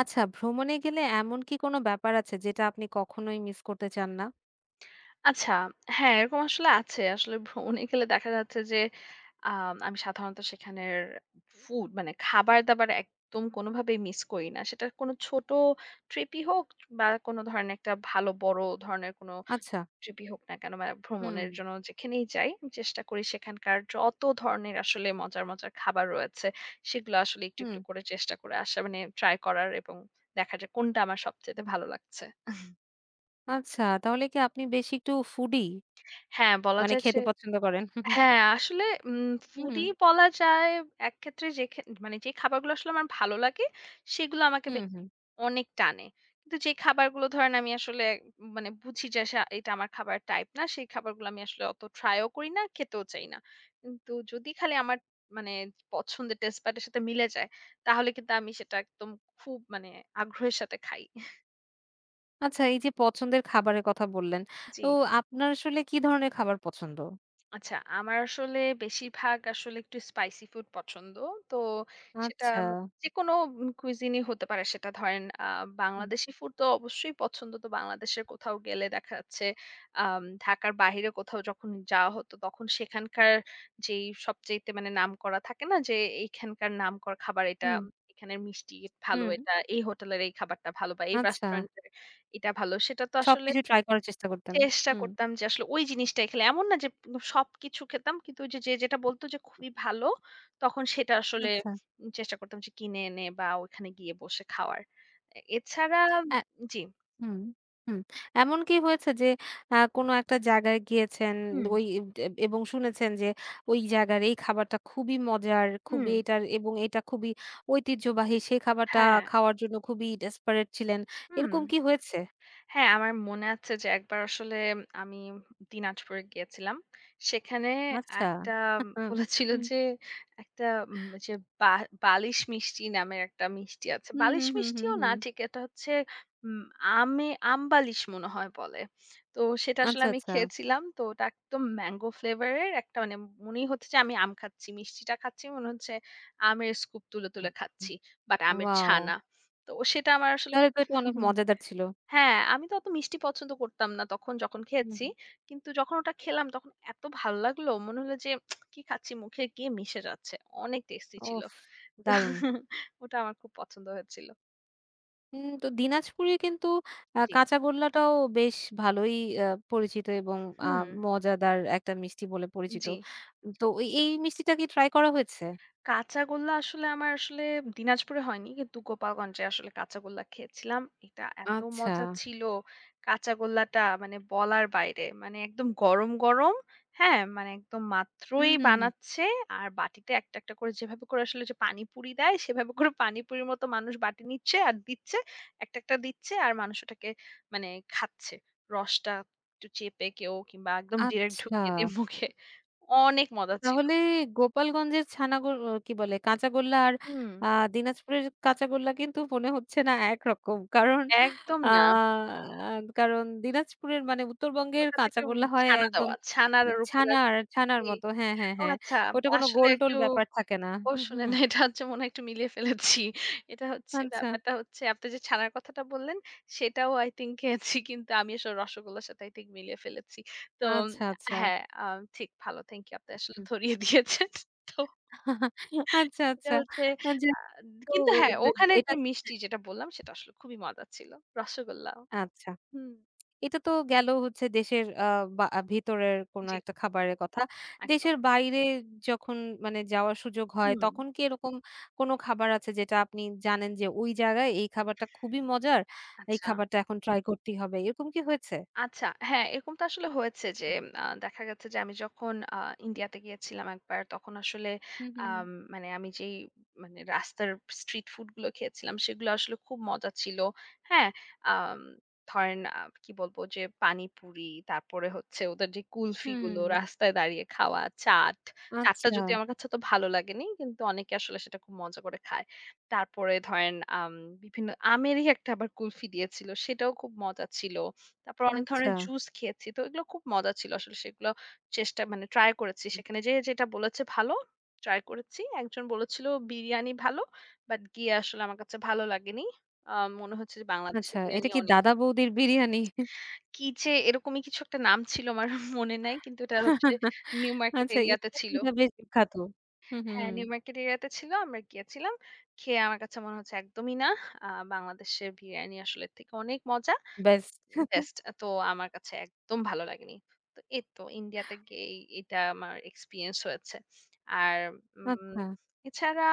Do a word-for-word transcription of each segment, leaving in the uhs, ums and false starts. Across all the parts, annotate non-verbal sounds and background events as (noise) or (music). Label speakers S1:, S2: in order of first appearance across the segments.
S1: আচ্ছা, ভ্রমণে গেলে এমন কি কোনো ব্যাপার আছে যেটা আপনি কখনোই মিস করতে চান না?
S2: আচ্ছা, হ্যাঁ, এরকম আসলে আছে। আসলে ভ্রমণে গেলে দেখা যাচ্ছে যে, আম আমি সাধারণত সেখানের ফুড মানে খাবার-দাবার একদম কোনোভাবেই মিস করি না। সেটা কোনো ছোট ট্রিপই হোক বা কোনো ধরনের একটা ভালো বড় ধরনের কোনো
S1: আচ্ছা।
S2: ট্রিপই হোক না কেন, বা
S1: হুম,
S2: ভ্রমণের জন্য যেখানেই যাই, আমি চেষ্টা করি সেখানকার যত ধরনের আসলে মজার, মজার খাবার রয়েছে, সেগুলো আসলে একটু,
S1: হুম।
S2: একটু করে চেষ্টা করে আসা মানে ট্রাই করার এবং দেখা যায় কোনটা আমার সবচাইতে ভালো লাগছে।
S1: আচ্ছা, তাহলে কি আপনি বেশি একটু ফুডি?
S2: হ্যাঁ, বলা
S1: মানে
S2: যায় যে
S1: খেতে পছন্দ করেন?
S2: হ্যাঁ, আসলে উম
S1: হুম,
S2: ফুডি বলা যায়। একক্ষেত্রে যে খে মানে যে খাবারগুলো আসলে আমার ভালো লাগে, সেগুলো আমাকে বে
S1: হুম, হুম।
S2: অনেক টানে। কিন্তু যে খাবারগুলো ধরেন আমি আসলে মানে বুঝি যে সা এটা আমার খাবারের টাইপ না, সেই খাবারগুলো আমি আসলে অত ট্রাইও করি না, খেতেও চাই না। কিন্তু যদি খালি আমার মানে পছন্দের টেস্ট বাড এর সাথে মিলে যায়, তাহলে কিন্তু আমি সেটা একদম খুব মানে আগ্রহের সাথে খাই।
S1: আচ্ছা, এই যে পছন্দের খাবারের কথা বললেন,
S2: জি।
S1: তো আপনার আসলে কি ধরনের খাবার পছন্দ?
S2: আচ্ছা, আমার আসলে বেশিরভাগ আসলে একটু স্পাইসি ফুড পছন্দ। তো সেটা
S1: আচ্ছা।
S2: মা যেকোনো উম cuisine ই হতে পারে। সেটা ধরেন আ
S1: হুম,
S2: বাংলাদেশি ফুড তো অবশ্যই পছন্দ। তো বাংলাদেশের কোথাও গেলে দেখা যাচ্ছে আম ঢাকার বাহিরে কোথাও যখন যাওয়া হতো তখন সেখানকার যেই সবচাইতে মানে নামকরা থাকে না যে এইখানকার নামকরা খাবার এটা,
S1: হুম,
S2: এখানের মিষ্টি ভালো
S1: হুম।
S2: এটা, এই হোটেলের এই খাবারটা ভালো বা এই
S1: আচ্ছা,
S2: রেস্টুরেন্টের এটা ভালো। সেটা তো আসলে
S1: সবকিছু ট্রাই করার চেষ্টা করতেন।
S2: চেষ্টা
S1: হুম,
S2: করতাম যে আসলে ওই জিনিসটাই খেলে। এমন না যে সবকিছু খেতাম। কিন্তু ওই যে, যে যেটা বলত যে খুবই ভালো, তখন সেটা হুম। আসলে
S1: আচ্ছা।
S2: উম চেষ্টা করতাম যে কিনে এনে বা ওখানে গিয়ে বসে খাওয়ার। এ এছাড়া জি।
S1: হুম, হুম। এমন কি হয়েছে যে আ কোনো একটা জায়গায় গিয়েছেন
S2: হুম,
S1: ওই দে এবং শুনেছেন যে ওই জায়গার এই খাবারটা খুবই মজার,
S2: হুম।
S1: খুবই এটার এবং এটা খুবই ঐতিহ্যবাহী, সেই খাবারটা
S2: হ্যাঁ,
S1: খাওয়ার জন্য খুবই desperate ছিলেন।
S2: হুম।
S1: এরকম কি হয়েছে?
S2: হ্যাঁ, আমার মনে আছে যে একবার আসলে আমি দিনাজপুরে গিয়েছিলাম। সেখানে
S1: আচ্ছা।
S2: একটা
S1: হুম,
S2: বলেছিল
S1: হুম,
S2: যে একটা উম যে বা বালিশ মিষ্টি নামের একটা মিষ্টি আছে।
S1: হুম,
S2: বালিশ
S1: হুম, হুম,
S2: মিষ্টিও না
S1: হুম।
S2: ঠিক এটা হচ্ছে উম আমে আম বালিশ মনে হয় বলে। তো সেটা আসলে
S1: আচ্ছা,
S2: আমি বুঝেছি।
S1: আচ্ছা।
S2: খেয়েছিলাম। তো ওটা একদম ম্যাংগো ফ্লেভার এর একটা মানে মনেই হচ্ছে যে আমি আম খাচ্ছি। মিষ্টিটা খাচ্ছি মনে হচ্ছে আমের স্কুপ তুলে, তুলে খাচ্ছি। বাট আমের হুম।
S1: ওয়াও!
S2: ছানা। তো সেটা আমার আসলে
S1: তাহলে তো এটা অনেক মজাদার ছিল।
S2: হ্যাঁ, আমি তো অত মিষ্টি পছন্দ করতাম না তখন যখন
S1: হুম,
S2: খেয়েছি। কিন্তু যখন ওটা খেলাম তখন এত ভাল লাগলো মনে হলো যে উম, কি খাচ্ছি মুখে গিয়ে মিশে যাচ্ছে। অনেক টেস্টি ছিল।
S1: ওফস! দারুণ।
S2: (laughs) ওটা আমার খুব পছন্দ হয়েছিল।
S1: উম তো দিনাজপুরে কিন্তু আ
S2: জি।
S1: কাঁচাগোল্লাটাও বেশ ভালোই আ পরিচিত এবং আ
S2: হুম।
S1: মজাদার একটা মিষ্টি বলে পরিচিত।
S2: জি।
S1: তো এই এই মিষ্টিটা কি ট্রাই করা হয়েছে?
S2: কাঁচাগোল্লা আসলে আমার আসলে দিনাজপুরে হয়নি। কিন্তু গোপালগঞ্জে আসলে কাঁচাগোল্লা খেয়েছিলাম। এটা এত
S1: আচ্ছা।
S2: মজা ছিল। কাঁচাগোল্লাটা মানে বলার বাইরে। মানে একদম গরম, গরম হ্যাঁ? মানে একদম
S1: হুম,
S2: মাত্রই
S1: হুম, হুম।
S2: বানাচ্ছে। আর বাটিতে একটা, একটা করে যেভাবে করে আসলে যে পানিপুরি দেয়, সেভাবে করে পানিপুরির মতো মানুষ বাটি নিচ্ছে আর দিচ্ছে। একটা, একটা দিচ্ছে আর মানুষ ওটাকে মানে খাচ্ছে। রসটা একটু চেপে কেউ কিংবা একদম ডিরেক্ট
S1: আচ্ছা।
S2: ঢুকিয়ে দিয়ে মুখে। অনেক মজা ছিল।
S1: তাহলে গোপালগঞ্জের ছানাগোল ও কি বলে কাঁচাগোল্লা আর
S2: হুম,
S1: আ দিনাজপুরের কাঁচাগোল্লা কিন্তু মনে হচ্ছে না একরকম। কারণ
S2: একদম
S1: আ
S2: না।
S1: কারণ দিনাজপুরের মানে উত্তরবঙ্গের
S2: ওটাতে একটু
S1: কাঁচাগোল্লা হয়
S2: ছানা
S1: একদম
S2: দেওয়া। ছানার উপরে
S1: ছানার
S2: আসলে
S1: ছানার
S2: জি।
S1: মতো। হ্যাঁ, হ্যাঁ,
S2: ও
S1: হ্যাঁ।
S2: আচ্ছা।
S1: ওটা কোনো
S2: আসলে
S1: গোল-টোল
S2: একটু
S1: ব্যাপার থাকে না।
S2: ও
S1: হুম, হুম,
S2: শুনেন
S1: হুম।
S2: এটা হচ্ছে মনে হয় একটু মিলিয়ে ফেলেছি। এটা হচ্ছে
S1: আচ্ছা,
S2: ব্যাপারটা হচ্ছে আপনি যে ছানার কথাটা বললেন সেটাও I think খেয়েছি কিন্তু আমি আসলে রসগোল্লার সাথে I think মিলিয়ে ফেলেছি। তো
S1: আচ্ছা, আচ্ছা।
S2: হ্যাঁ, আ ঠিক ভালো। Thank you. আপনি আসলে
S1: হুম।
S2: ধরিয়ে দিয়েছেন। (laughs) তো
S1: আচ্ছা,
S2: এটা
S1: আচ্ছা।
S2: হচ্ছে
S1: আ যাক
S2: আ
S1: তো
S2: কিন্তু হ্যাঁ,
S1: দে
S2: ওখানের
S1: এটা
S2: যে মিষ্টি যেটা বললাম সেটা আসলে খুবই মজার ছিল। রসগোল্লা।
S1: আচ্ছা।
S2: হুম।
S1: এটা তো গেল হচ্ছে দেশের আ বা আহ, ভিতরের কোনো
S2: জি,
S1: একটা খাবারের কথা।
S2: একদম।
S1: দেশের বাইরে যখন মানে যাওয়ার সুযোগ হয়
S2: হুম।
S1: তখন কি এরকম কোনো খাবার আছে যেটা আপনি জানেন যে ওই জায়গায় এই খাবারটা খুবই মজার, এই
S2: আচ্ছা।
S1: খাবারটা এখন ট্রাই করতেই হবে। এরকম কি হয়েছে?
S2: আচ্ছা, হ্যাঁ, এরকম তো আসলে হয়েছে যে আ দেখা গেছে যে আমি যখন আ ইন্ডিয়াতে গিয়েছিলাম একবার তখন আসলে
S1: হুম, হুম,
S2: আম মানে আমি যেই মানে রাস্তার স্ট্রিট ফুড গুলো খেয়েছিলাম সেগুলো আসলে খুব মজা ছিল। হ্যাঁ? আম ধরেন আ কি বলবো যে পানিপুরি, তারপরে হচ্ছে ওদের যে কুলফি
S1: হুম।
S2: গুলো রাস্তায় দাঁড়িয়ে খাওয়া, চাট। চাটটা
S1: আচ্ছা,
S2: যদিও আমার কাছে অত ভালো লাগেনি কিন্তু অনেকে আসলে সেটা খুব মজা করে খায়। তারপরে ধরেন আম বিভিন্ন আমেরই একটা আবার কুলফি দিয়েছিল সেটাও খুব মজা ছিল। তারপর অনেক
S1: আচ্ছা,
S2: ধরনের জুস খেয়েছি। তো এগুলো খুব মজা ছিল আসলে সেগুলো চেষ্টা মানে ট্রাই করেছি। সেখানে যেয়ে যেটা বলেছে ভালো, ট্রাই করেছি। একজন বলেছিল বিরিয়ানি ভালো। বাট গিয়ে আসলে আমার কাছে ভালো লাগেনি। আ মনে হচ্ছে যে বাংলাদেশে
S1: আচ্ছা। এটা
S2: বিরিয়ানি
S1: কি
S2: অনেক
S1: দাদা বৌদির বিরিয়ানি?
S2: কি যে এরকমই কিছু একটা নাম ছিল আমার (laughs) মনে নাই। কিন্তু এটা হচ্ছে
S1: (laughs)
S2: নিউ মার্কেট
S1: আচ্ছা
S2: এরিয়াতে ছিল।
S1: এটা বেশ বিখ্যাত। হুম, হুম,
S2: হ্যাঁ,
S1: হুম।
S2: নিউ মার্কেট এরিয়াতে ছিল। আমরা গিয়েছিলাম। খেয়ে আমার কাছে মনে হচ্ছে একদমই না। আ বাংলাদেশের বিরিয়ানি আসলে এর থেকে অনেক মজা।
S1: বেশ।
S2: বেস্ট তো আমার কাছে একদম ভালো লাগেনি। তো এই তো ইন্ডিয়াতে গিয়েই এটা আমার এক্সপেরিয়েন্স হয়েছে। আর উম
S1: আচ্ছা,
S2: এছাড়া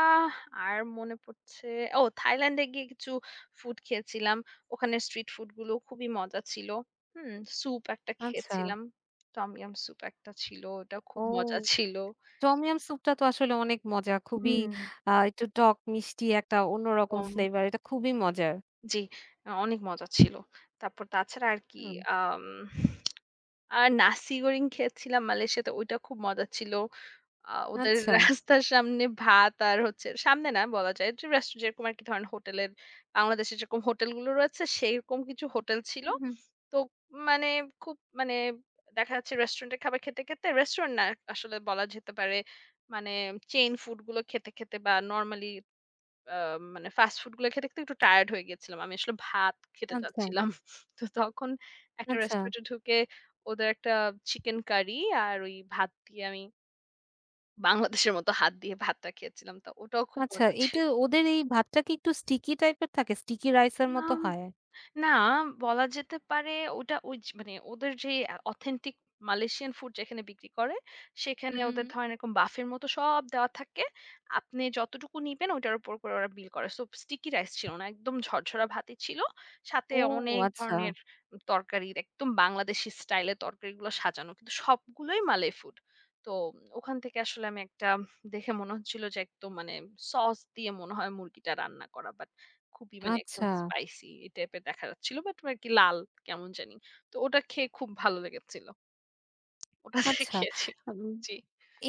S2: আর মনে পড়ছে ও থাইল্যান্ডে গিয়ে কিছু ফুড খেয়েছিলাম। ওখানে স্ট্রিট ফুড গুলো খুবই মজা ছিল। হুম, স্যুপ একটা
S1: আচ্ছা।
S2: খেয়েছিলাম। টমইয়াম স্যুপ একটা ছিল। ওটা খুব
S1: ও।
S2: মজা ছিল।
S1: টম ইয়াম স্যুপটা তো আসলে অনেক মজা। খুবই
S2: হুম।
S1: আ একটু টক মিষ্টি একটা অন্যরকম
S2: উম
S1: ফ্লেভার। এটা খুবই মজার।
S2: জি, অনেক মজা ছিল। তারপর তাছাড়া আর কি
S1: হুম,
S2: আম আর নাসি গোরিং খেয়েছিলাম মালয়েশিয়াতে। ওইটা খুব মজা ছিল। আ ওদের
S1: আচ্ছা।
S2: (laughs) রাস্তার সামনে ভাত আর হচ্ছে সামনে না বলা যায় যে রেস্ট যেরকম আরকি ধরেন হোটেলের বাংলাদেশে যেরকম হোটেলগুলো রয়েছে সেরকম কিছু হোটেল ছিল।
S1: হুম, হুম।
S2: তো মানে খুব মানে দেখা যাচ্ছে রেস্টুরেন্টে খাবার খেতে, খেতে রেস্টুরেন্ট না আসলে বলা যেতে পারে মানে চেইন ফুড গুলো খেতে, খেতে বা নরমালি আ মানে ফাস্ট ফুড গুলা খেতে, খেতে একটু টায়ার্ড হয়ে গিয়েছিলাম। আমি আসলে ভাত খেতে
S1: আচ্ছা,
S2: চাচ্ছিলাম। (laughs) তো তখন একটা
S1: আচ্ছা,
S2: রেস্টুরেন্টে ঢুকে ওদের একটা চিকেন কারি আর ওই ভাত দিয়ে আমি বাংলাদেশের মতো হাত দিয়ে ভাতটা খেয়েছিলাম। তো ওটাও খুব
S1: আচ্ছা।
S2: মজা
S1: এইটা
S2: ছিল।
S1: ওদের এই ভাতটা কি একটু স্টিকি টাইপের থাকে? স্টিকি রাইসের মতো
S2: আম
S1: হয়?
S2: না, বলা যেতে পারে ওটা ওই য মানে ওদের যে আ অথেন্টিক মালয়েশিয়ান ফুড যেখানে বিক্রি করে,
S1: হুম,
S2: সেখানে
S1: হুম। হুম।
S2: ওদের ধরেন এরকম বাফের মতো সব দেওয়া থাকে। আপনি যতটুকু নিবেন ওটার উপর করে ওরা বিল করে। সো স্টিকি রাইস ছিল না। একদম ঝরঝরা ভাতই ছিল। সাথে
S1: ও
S2: অনেক
S1: আচ্ছা,
S2: ধরনের তরকারির একদম বাংলাদেশি স্টাইলে তরকারিগুলো সাজানো। কিন্তু সবগুলোই মালয় ফুড। তো ওখান থেকে আসলে আমি একটা দেখে মনে হচ্ছিল যে একদম মানে সস দিয়ে মনে হয় মুরগিটা রান্না করা। বাট খুবই মানে একদম
S1: আচ্ছা,
S2: স্পাইসি এই টাইপের দেখা যাচ্ছিল। বাট আরকি লাল কেমন জানি। তো ওটা খেয়ে খুব ভালো লেগেছিল। ওটা
S1: আচ্ছা।
S2: খেয়েছিলাম।
S1: উম
S2: জি।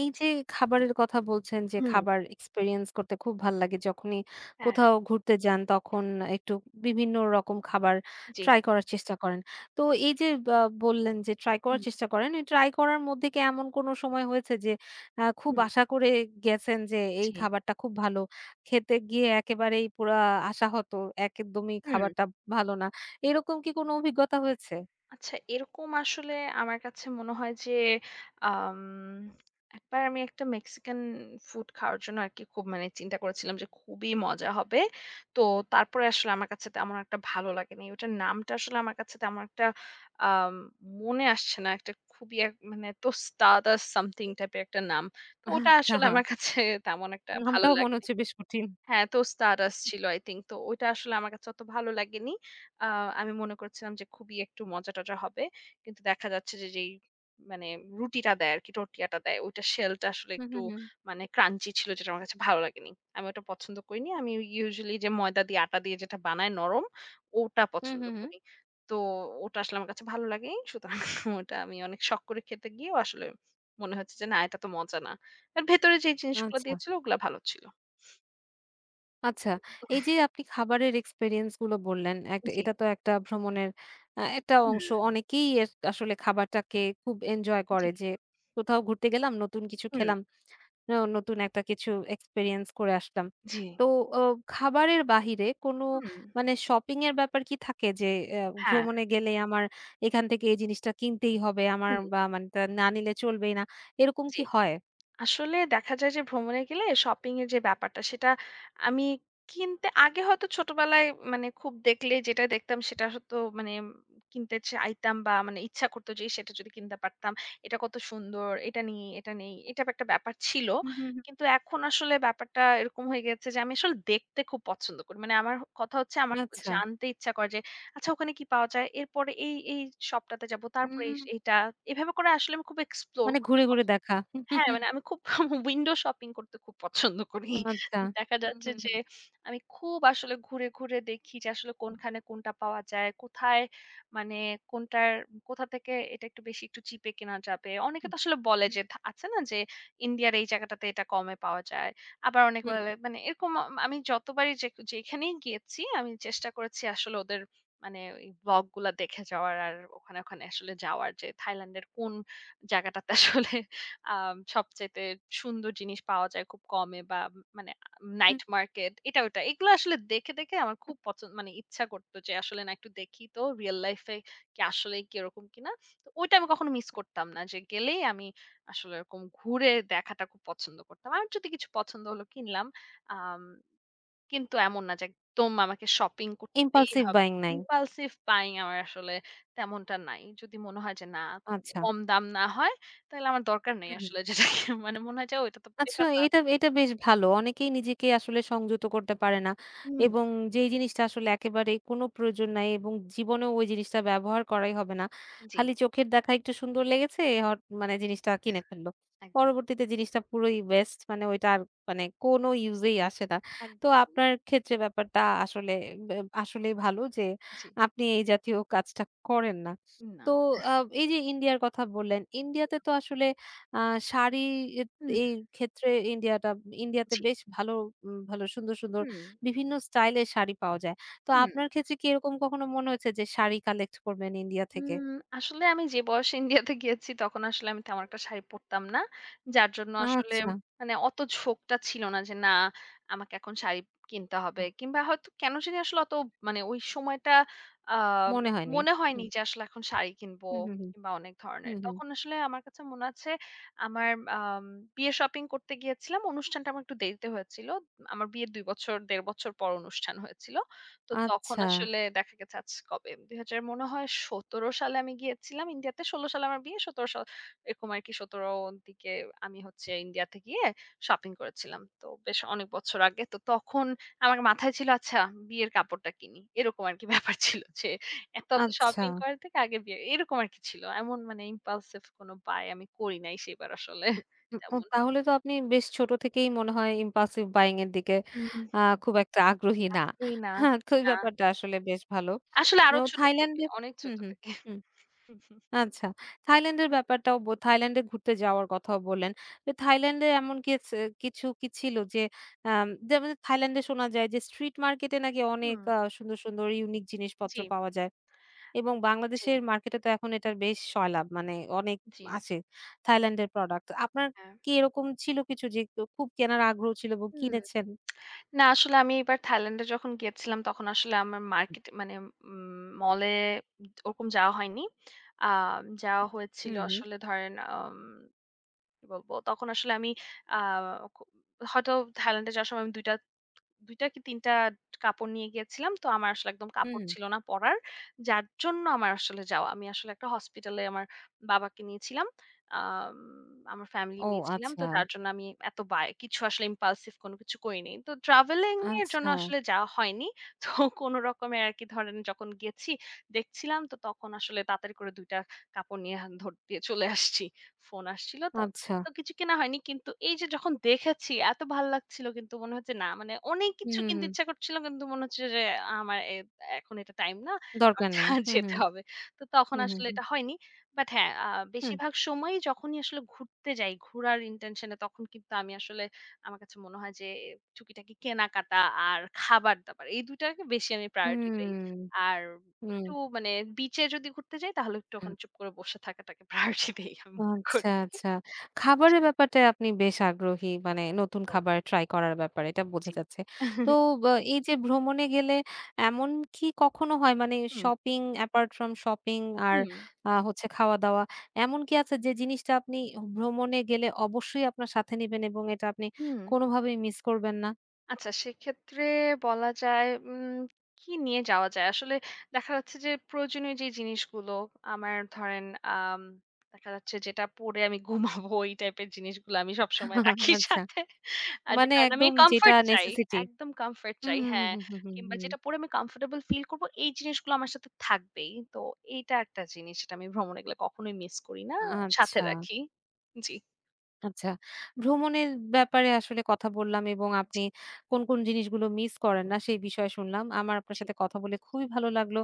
S1: এই যে খাবারের কথা বলছেন যে
S2: হুম।
S1: খাবার এক্সপেরিয়েন্স করতে খুব ভাল লাগে যখনই
S2: হ্যাঁ,
S1: কোথাও ঘুরতে যান তখন একটু বিভিন্ন রকম খাবার
S2: জি।
S1: ট্রাই করার চেষ্টা করেন। তো এই যে বা বললেন যে ট্রাই করার
S2: হুম,
S1: চেষ্টা করেন, এই ট্রাই করার মধ্যে কি এমন কোনো সময় হয়েছে যে আ খুব
S2: হুম,
S1: আশা করে গেছেন যে এই
S2: জি,
S1: খাবারটা খুব ভালো, খেতে গিয়ে একেবারেই পুরা আশাহত, একদমই
S2: হুম।
S1: খাবারটা ভালো না। এরকম কি কোনো অভিজ্ঞতা হয়েছে?
S2: আচ্ছা এরকম আসলে আমার কাছে মনে হয় যে আম একবার আমি একটা মেক্সিকান ফুড খাওয়ার জন্য আরকি খুব মানে চিন্তা করেছিলাম যে খুবই মজা হবে। তো তারপরে আসলে আমার কাছে তেমন একটা ভালো লাগেনি। ওটার নামটা আসলে আমার কাছে তেমন একটা আম মনে আসছে না। একটা খুবই এক মানে তোস্তাদা সামথিং টাইপের একটা নাম। তো ওটা
S1: আচ্ছা,
S2: আসলে আমার কাছে তেমন একটা ভালো
S1: নামটাও মনে
S2: লাগেনি।
S1: হচ্ছে বেশ কঠিন।
S2: হ্যাঁ, তো স্টারডাস্ট ছিল আই থিংক। তো ওইটা আসলে আমার কাছে অত ভালো লাগেনি। আ আমি মনে করছিলাম যে খুবই একটু মজা-টজা হবে। কিন্তু দেখা যাচ্ছে যে যেই মানে রুটিটা দেয় আরকি, টর্টিয়াটা দেয়, ওইটার শেলটা আসলে
S1: হু, হু,
S2: একটু
S1: হু।
S2: মানে ক্রাঞ্চি ছিল যেটা আমার কাছে ভালো লাগেনি। আমি ওটা পছন্দ করিনি। আমি ইউজুয়ালি যে ময়দা দিয়ে আটা দিয়ে যেটা বানায় নরম, ওটা
S1: হু,
S2: পছন্দ
S1: হু, হু।
S2: করি। তো ওটা আসলে আমার কাছে ভালো লাগেনি। সুতরাং (laughs) ওটা আমি অনেক শখ করে খেতে গিয়েও আসলে মনে হচ্ছে যে না এটা তো মজা না। আর ভেতরে যে জিনিসগুলো
S1: আচ্ছা।
S2: দিয়েছিল ওগুলা ভালো ছিল।
S1: আচ্ছা, এই যে আপনি খাবারের এক্সপেরিয়েন্স গুলো বললেন, একটা
S2: জি,
S1: এটা তো একটা ভ্রমণের আ একটা অংশ।
S2: হুম,
S1: অনেকেই এর আসলে খাবারটাকে খুব এনজয়
S2: জি,
S1: করে যে, কোথাও ঘুরতে গেলাম, নতুন কিছু
S2: হুম,
S1: খেলাম, আ নতুন একটা কিছু এক্সপেরিয়েন্স করে আসলাম।
S2: জি।
S1: তো ও খাবারের বাহিরে কোনো
S2: হুম,
S1: মানে শপিং এর ব্যাপার কি থাকে? যে অ্যা
S2: হ্যাঁ,
S1: ভ্রমণে গেলে আমার এখান থেকে এই জিনিসটা কিনতেই হবে আমার
S2: হুম,
S1: বা মানে তা না নিলে চলবেই না। এরকম
S2: জি।
S1: কি হয়?
S2: আসলে দেখা যায় যে ভ্রমণে গেলে শপিং এর যে ব্যাপারটা সেটা আমি কিনতে আগে হয়তো ছোটবেলায় মানে খুব দেখলে যেটা দেখতাম সেটা হয়তো মানে কিনতে চাইতাম বা মানে ইচ্ছা করতো যে সেটা যদি কিনতে পারতাম এটা কত সুন্দর এটা নেই এটা নেই এটা একটা ব্যাপার ছিল
S1: হুম, হুম, হুম।
S2: কিন্তু এখন আসলে ব্যাপারটা এরকম হয়ে গেছে যে আমি আসলে দেখতে খুব পছন্দ করি মানে আমার কথা হচ্ছে আমার
S1: আচ্ছা।
S2: জানতে ইচ্ছা করে যে আচ্ছা ওখানে কি পাওয়া যায় এরপরে এই এই শপটাতে যাব তারপরে
S1: হুম,
S2: এই- এইটা এভাবে করে আসলে আমি খুব এক্সপ্লোর
S1: মানে
S2: করতে
S1: ঘুরে, ঘুরে
S2: পছন্দ
S1: দেখা।
S2: হ্যাঁ, মানে
S1: (laughs)
S2: আমি খুব (laughs) উইন্ডো শপিং করতে খুব পছন্দ করি।
S1: আচ্ছা।
S2: দেখা
S1: হুম,
S2: যাচ্ছে
S1: হুম,
S2: যে
S1: হুম।
S2: আমি খুব আসলে ঘুরে, ঘুরে দেখি যে আসলে কোনখানে কোনটা পাওয়া যায়, কোথায় মানে কোনটার কোথা থেকে এটা একটু বেশি একটু চিপে কেনা যাবে। অনেকে তো আসলে বলে
S1: হুম,
S2: যে থা আছে না যে ইন্ডিয়ার এই জায়গাটাতে এটা কমে পাওয়া যায়। আবার অনেকে
S1: হুম,
S2: বলে মানে এরকম আ আমি যতবারই যে যেখানেই গিয়েছি আমি চেষ্টা করেছি আসলে ওদের মানে ওই ব্লগ গুলা দেখে যাওয়ার আর ওখানে, ওখানে আসলে যাওয়ার যে থাইল্যান্ডের কোন জায়গাটাতে আসলে আম সবচাইতে সুন্দর জিনিস পাওয়া যায় খুব কমে বা মানে
S1: হুম।
S2: নাইট মার্কেট এটা ওটা এগুলো আসলে দেখে, দেখে আমার খুব পছন্দ মানে ইচ্ছা করতো যে আসলে না একটু দেখি তো রিয়াল লাইফ এ কি আসলেই কি এরকম কিনা। তো ওইটা আমি কখনো মিস করতাম না। যে গেলেই আমি আসলে এরকম ঘুরে দেখাটা খুব পছন্দ করতাম। আর যদি কিছু পছন্দ হলো কিনলাম। আম কিন্তু এমন না যে একদম আমাকে শপিং করতেই
S1: impulsive
S2: হবে।
S1: buying নাই।
S2: impulsive buying আমার আসলে তেমনটা নাই। যদি মনে হয় যে না খুব
S1: আচ্ছা।
S2: কম দাম না হয়, তাহলে আমার দরকার নেই
S1: হুম, হুম।
S2: আসলে যেটাকে (laughs) মানে মনে হয় যে ওইটা তো
S1: আচ্ছা
S2: বেকার না।
S1: এটা, এটা বেশ ভালো। অনেকেই নিজেকে আসলে সংযত করতে পারে না
S2: হুম।
S1: এবং যেই জিনিসটা আসলে একেবারেই কোনো প্রয়োজন নাই এবং জীবনেও ওই জিনিসটা ব্যবহার করাই হবে না।
S2: জি,
S1: খালি চোখের দেখায় একটু সুন্দর লেগেছে হট মানে জিনিসটা কিনে ফেললো।
S2: একদম,
S1: পরবর্তীতে জিনিসটা পুরোই ওয়েস্ট মানে ওইটা আর মানে কোনো ইউজেই আসে না। তো
S2: একদম।
S1: আপনার ক্ষেত্রে ব্যাপারটা আসলে বে আসলেই ভালো যে
S2: জি,
S1: আপনি এই জাতীয় কাজটা করেন না।
S2: না।
S1: তো আ এই যে ইন্ডিয়ার কথা বললেন, ইন্ডিয়াতে তো আসলে আ শাড়ি
S2: হুম,
S1: এই ক্ষেত্রে ইন্ডিয়াটা ইন্ডিয়াতে
S2: জি,
S1: বেশ ভালো উম ভালো সুন্দর, সুন্দর
S2: হুম,
S1: বিভিন্ন স্টাইলের শাড়ি পাওয়া যায়। তো
S2: হুম।
S1: আপনার ক্ষেত্রে কি এরকম কখনো মনে হয়েছে যে শাড়ি কালেক্ট করবেন ইন্ডিয়া থেকে?
S2: উম আসলে আমি যে বয়সে ইন্ডিয়াতে গিয়েছি তখন আসলে আমি তেমন একটা শাড়ি পরতাম না। যার জন্য আসলে
S1: আচ্ছা।
S2: মানে অত ঝোঁকটা ছিল না যে, না আমাকে এখন শাড়ি কিনতে হবে।
S1: হুম,
S2: কিংবা হয়তো কেন জানি আসলে অত মানে ওই সময়টা আ
S1: মনে হয়নি।
S2: মনে হয়নি
S1: হুম,
S2: যে আসলে এখন শাড়ি কিনবো
S1: হুম, হুম, হুম,
S2: কিংবা অনেক ধরনের।
S1: হুম, হুম।
S2: তখন আসলে আমার কাছে মনে আছে আমার আম বিয়ে শপিং করতে গিয়েছিলাম। অনুষ্ঠানটা আমার একটু দেরিতে হয়েছিল। আমার বিয়ের দুই বছর দেড় বছর পর অনুষ্ঠান হয়েছিল। তো তখন
S1: আচ্ছা,
S2: আসলে দেখা গেছে আজ কবে দুই হাজার মনে হয় সতেরো সালে আমি গিয়েছিলাম ইন্ডিয়াতে। ষোলো সালে আমার বিয়ে। সতেরো সাল এরকম আরকি সতেরো দিকে আমি হচ্ছে ইন্ডিয়াতে গিয়ে শপিং করেছিলাম। তো বেশ অনেক বছর আগে। তো তখন আমার মাথায় ছিল আচ্ছা বিয়ের কাপড়টা কিনি। এরকম আরকি ব্যাপার ছিল যে এত, এত
S1: আচ্ছা।
S2: শপিং করার থেকে আগে বিয়ে এরকম আরকি ছিল। এমন মানে ইম্পালসিভ কোন বায় আমি করি নাই সেবার আসলে
S1: হুম, ও
S2: তেমন।
S1: তাহলে তো আপনি বেশ ছোট থেকেই মনে হয় impulsive buying এর দিকে
S2: উম
S1: আ খুব একটা আগ্রহী না।
S2: আগ্রহী না।
S1: হ্যাঁ, তো এই
S2: না।
S1: ব্যাপারটা আসলে বেশ ভালো।
S2: আসলে আরো
S1: ও
S2: ছোট থেকে,
S1: থাইল্যান্ডে
S2: অনেক
S1: হুম,
S2: ছোট
S1: হুম,
S2: থেকে।
S1: হুম। আচ্ছা। থাইল্যান্ডের ব্যাপারটাও ব থাইল্যান্ডে ঘুরতে যাওয়ার কথাও বললেন। তো থাইল্যান্ডে এমন কিছ কিছু কি ছিল যে আম যেমন থাইল্যান্ডে শোনা যায় যে স্ট্রিট মার্কেটে নাকি অনেক
S2: হুম,
S1: আ সুন্দর, সুন্দর ইউনিক জিনিসপত্র
S2: জি।
S1: পাওয়া যায় এবং
S2: জি,
S1: বাংলাদেশের মার্কেটে তো এখন এটার বেশ সয়লাব মানে অনেক
S2: জি,
S1: আসে থাইল্যান্ডের প্রোডাক্ট। আপনার
S2: হ্যাঁ।
S1: কি এরকম ছিল কিছু যে ক খুব কেনার আগ্রহ ছিল এবং
S2: হুম।
S1: কিনেছেন?
S2: না আসলে আমি এবার থাইল্যান্ডে যখন গিয়েছিলাম তখন আসলে আমার মার্কেট মানে উম মলে ওরকম যাওয়া হয়নি। আ যাওয়া হয়েছিল
S1: হুম, হুম,
S2: আসলে ধরেন আম কি বলবো? তখন আসলে আমি আ ক হয়তো থাইল্যান্ডে যাওয়ার সময় আমি দুই টা দুই টা কি তিন টা কাপড় নিয়ে গিয়েছিলাম। তো আমার আসলে একদম কাপড়
S1: হুম।
S2: ছিল না পরার। যার জন্য আমার আসলে যাওয়া। আমি আসলে একটা হসপিটালে আমার বাবাকে নিয়েছিলাম। আম আমার ফ্যামিলি
S1: ও
S2: নিয়েছিলাম। তো
S1: আচ্ছা,
S2: যার জন্য আমি এত বায় কিছু আসলে ইম্পালসিভ কোনো কিছু করিনি। তো ট্রাভেলিং এর জন্য
S1: আচ্ছা,
S2: আসলে যাওয়া হয়নি। তো কোনো রকমে আরকি ধরেন যখন গেছি, দেখছিলাম তো তখন আসলে তাড়াতাড়ি করে দুই টা কাপড় নিয়ে হা ধর দিয়ে চলে আসছি। ফোন আসছিল।
S1: আচ্ছা।
S2: তো কিছু কেনা হয়নি। কিন্তু এই যে যখন দেখেছি এত ভাল লাগছিল কিন্তু মনে হচ্ছে না মানে অনেক
S1: হুম,
S2: কিছু
S1: হুম,
S2: কিনতে
S1: হুম।
S2: ইচ্ছা করছিল কিন্তু মনে হচ্ছে যে আমার এ এখন এটা টাইম না।
S1: দরকার
S2: আচ্ছা
S1: নেই।
S2: (laughs)
S1: হুম, হুম,
S2: যেতে হবে। তো তখন
S1: হুম, হুম,
S2: আসলে
S1: হুম।
S2: এটা হয়নি। বাট হ্যাঁ, আ
S1: হুম।
S2: বেশিরভাগ সময়ই যখনই আসলে ঘুরতে যাই, ঘোরার ইনটেনশন এ তখন কিন্তু আমি আসলে আমার কাছে মনে হয় যে টুকিটাকি কেনাকাটা আর খাবার-দাবার এই দুই টাকে বেশি আমি প্রায়োরিটি দেই।
S1: হুম,
S2: আর
S1: হুম,
S2: একটু মানে বিচে যদি ঘুরতে যাই তাহলে একটু
S1: হুম।
S2: ওখানে চুপ করে বসে থাকাটাকে (laughs) প্রায়োরিটি দেই আমি মনে
S1: আচ্ছা,
S2: করি।
S1: আচ্ছা। খাবারের ব্যাপারটায় আপনি বেশ আগ্রহী। মানে নতুন
S2: তো
S1: খাবার ট্রাই করার ব্যাপারে এটা বোঝা
S2: জি।
S1: যাচ্ছে। তো
S2: (laughs)
S1: বা এই যে ভ্রমণে গেলে এমন কি কখনো হয় মানে
S2: হুম,
S1: শপিং অ্যাপার্ট ফ্রম শপিং আর
S2: হুম,
S1: আ হচ্ছে খাওয়া-দাওয়া এমন কি আছে যে জিনিসটা আপনি ভ্রমণে গেলে অবশ্যই আপনার সাথে নিবেন এবং এটা আপনি
S2: হুম।
S1: কোনোভাবেই মিস করবেন না?
S2: আচ্ছা সেক্ষেত্রে বলা যায় উম কি নিয়ে যাওয়া যায়? আসলে দেখা যাচ্ছে যে প্রয়োজনীয় যে জিনিসগুলো আমার ধরেন আম দেখা যাচ্ছে যেটা পরে আমি ঘুমাবো ওই টাইপের জিনিসগুলো আমি সবসময় রাখি
S1: (laughs) আচ্ছা।
S2: সাথে। আ যে
S1: মানে
S2: কারণ আমি
S1: একদম যেটা
S2: কমফোর্ট চাই।
S1: নেসেসিটি।
S2: একদম কমফোর্ট
S1: হুম,
S2: চাই
S1: হুম, হুম,
S2: হ্যাঁ।
S1: হুম, হুম, হুম,
S2: কিংবা
S1: হুম।
S2: যেটা পরে আমি কমফোর্টেবল ফিল করব এই জিনিসগুলো আমার সাথে থাকবেই। তো এইটা একটা জিনিস যেটা আমি ভ্রমণে গেলে কখনোই মিস করি না। সাথে
S1: আচ্ছা।
S2: রাখি। জি।
S1: আচ্ছা। ভ্রমণের ব্যাপারে আসলে কথা বললাম এবং
S2: জি,
S1: আপনি কোন, কোন জিনিসগুলো মিস করেন না সেই বিষয়ে শুনলাম। আমার আপনার
S2: জি।
S1: সাথে কথা বলে খুবই ভালো লাগলো।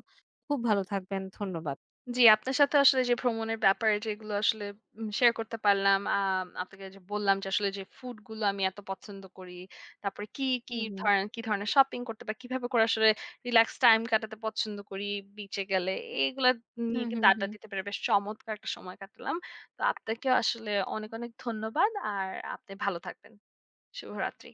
S1: খুব ভালো থাকবেন। ধন্যবাদ।
S2: জি, আপনার সাথে আসলে যে ভ্রমণের ব্যাপারে যেগুলো আসলে উম শেয়ার করতে পারলাম, আম আপনাকে যে বললাম যে আসলে যে ফুড গুলো আমি এত পছন্দ করি। তারপরে কি,
S1: হু,
S2: কি
S1: হু।
S2: ধরেন কি ধরনের শপিং করতে বা কিভাবে করে আসলে রিল্যাক্স টাইম কাটাতে পছন্দ করি বিচে গেলে। এগুলা
S1: হু,
S2: নিয়ে
S1: হু,
S2: কিন্তু
S1: হু।
S2: আড্ডা দিতে পেরে বেশ চমৎকার একটা সময় কাটালাম। তো আপনাকেও আসলে অনেক, অনেক ধন্যবাদ। আর আপনি ভালো থাকবেন। শুভরাত্রি।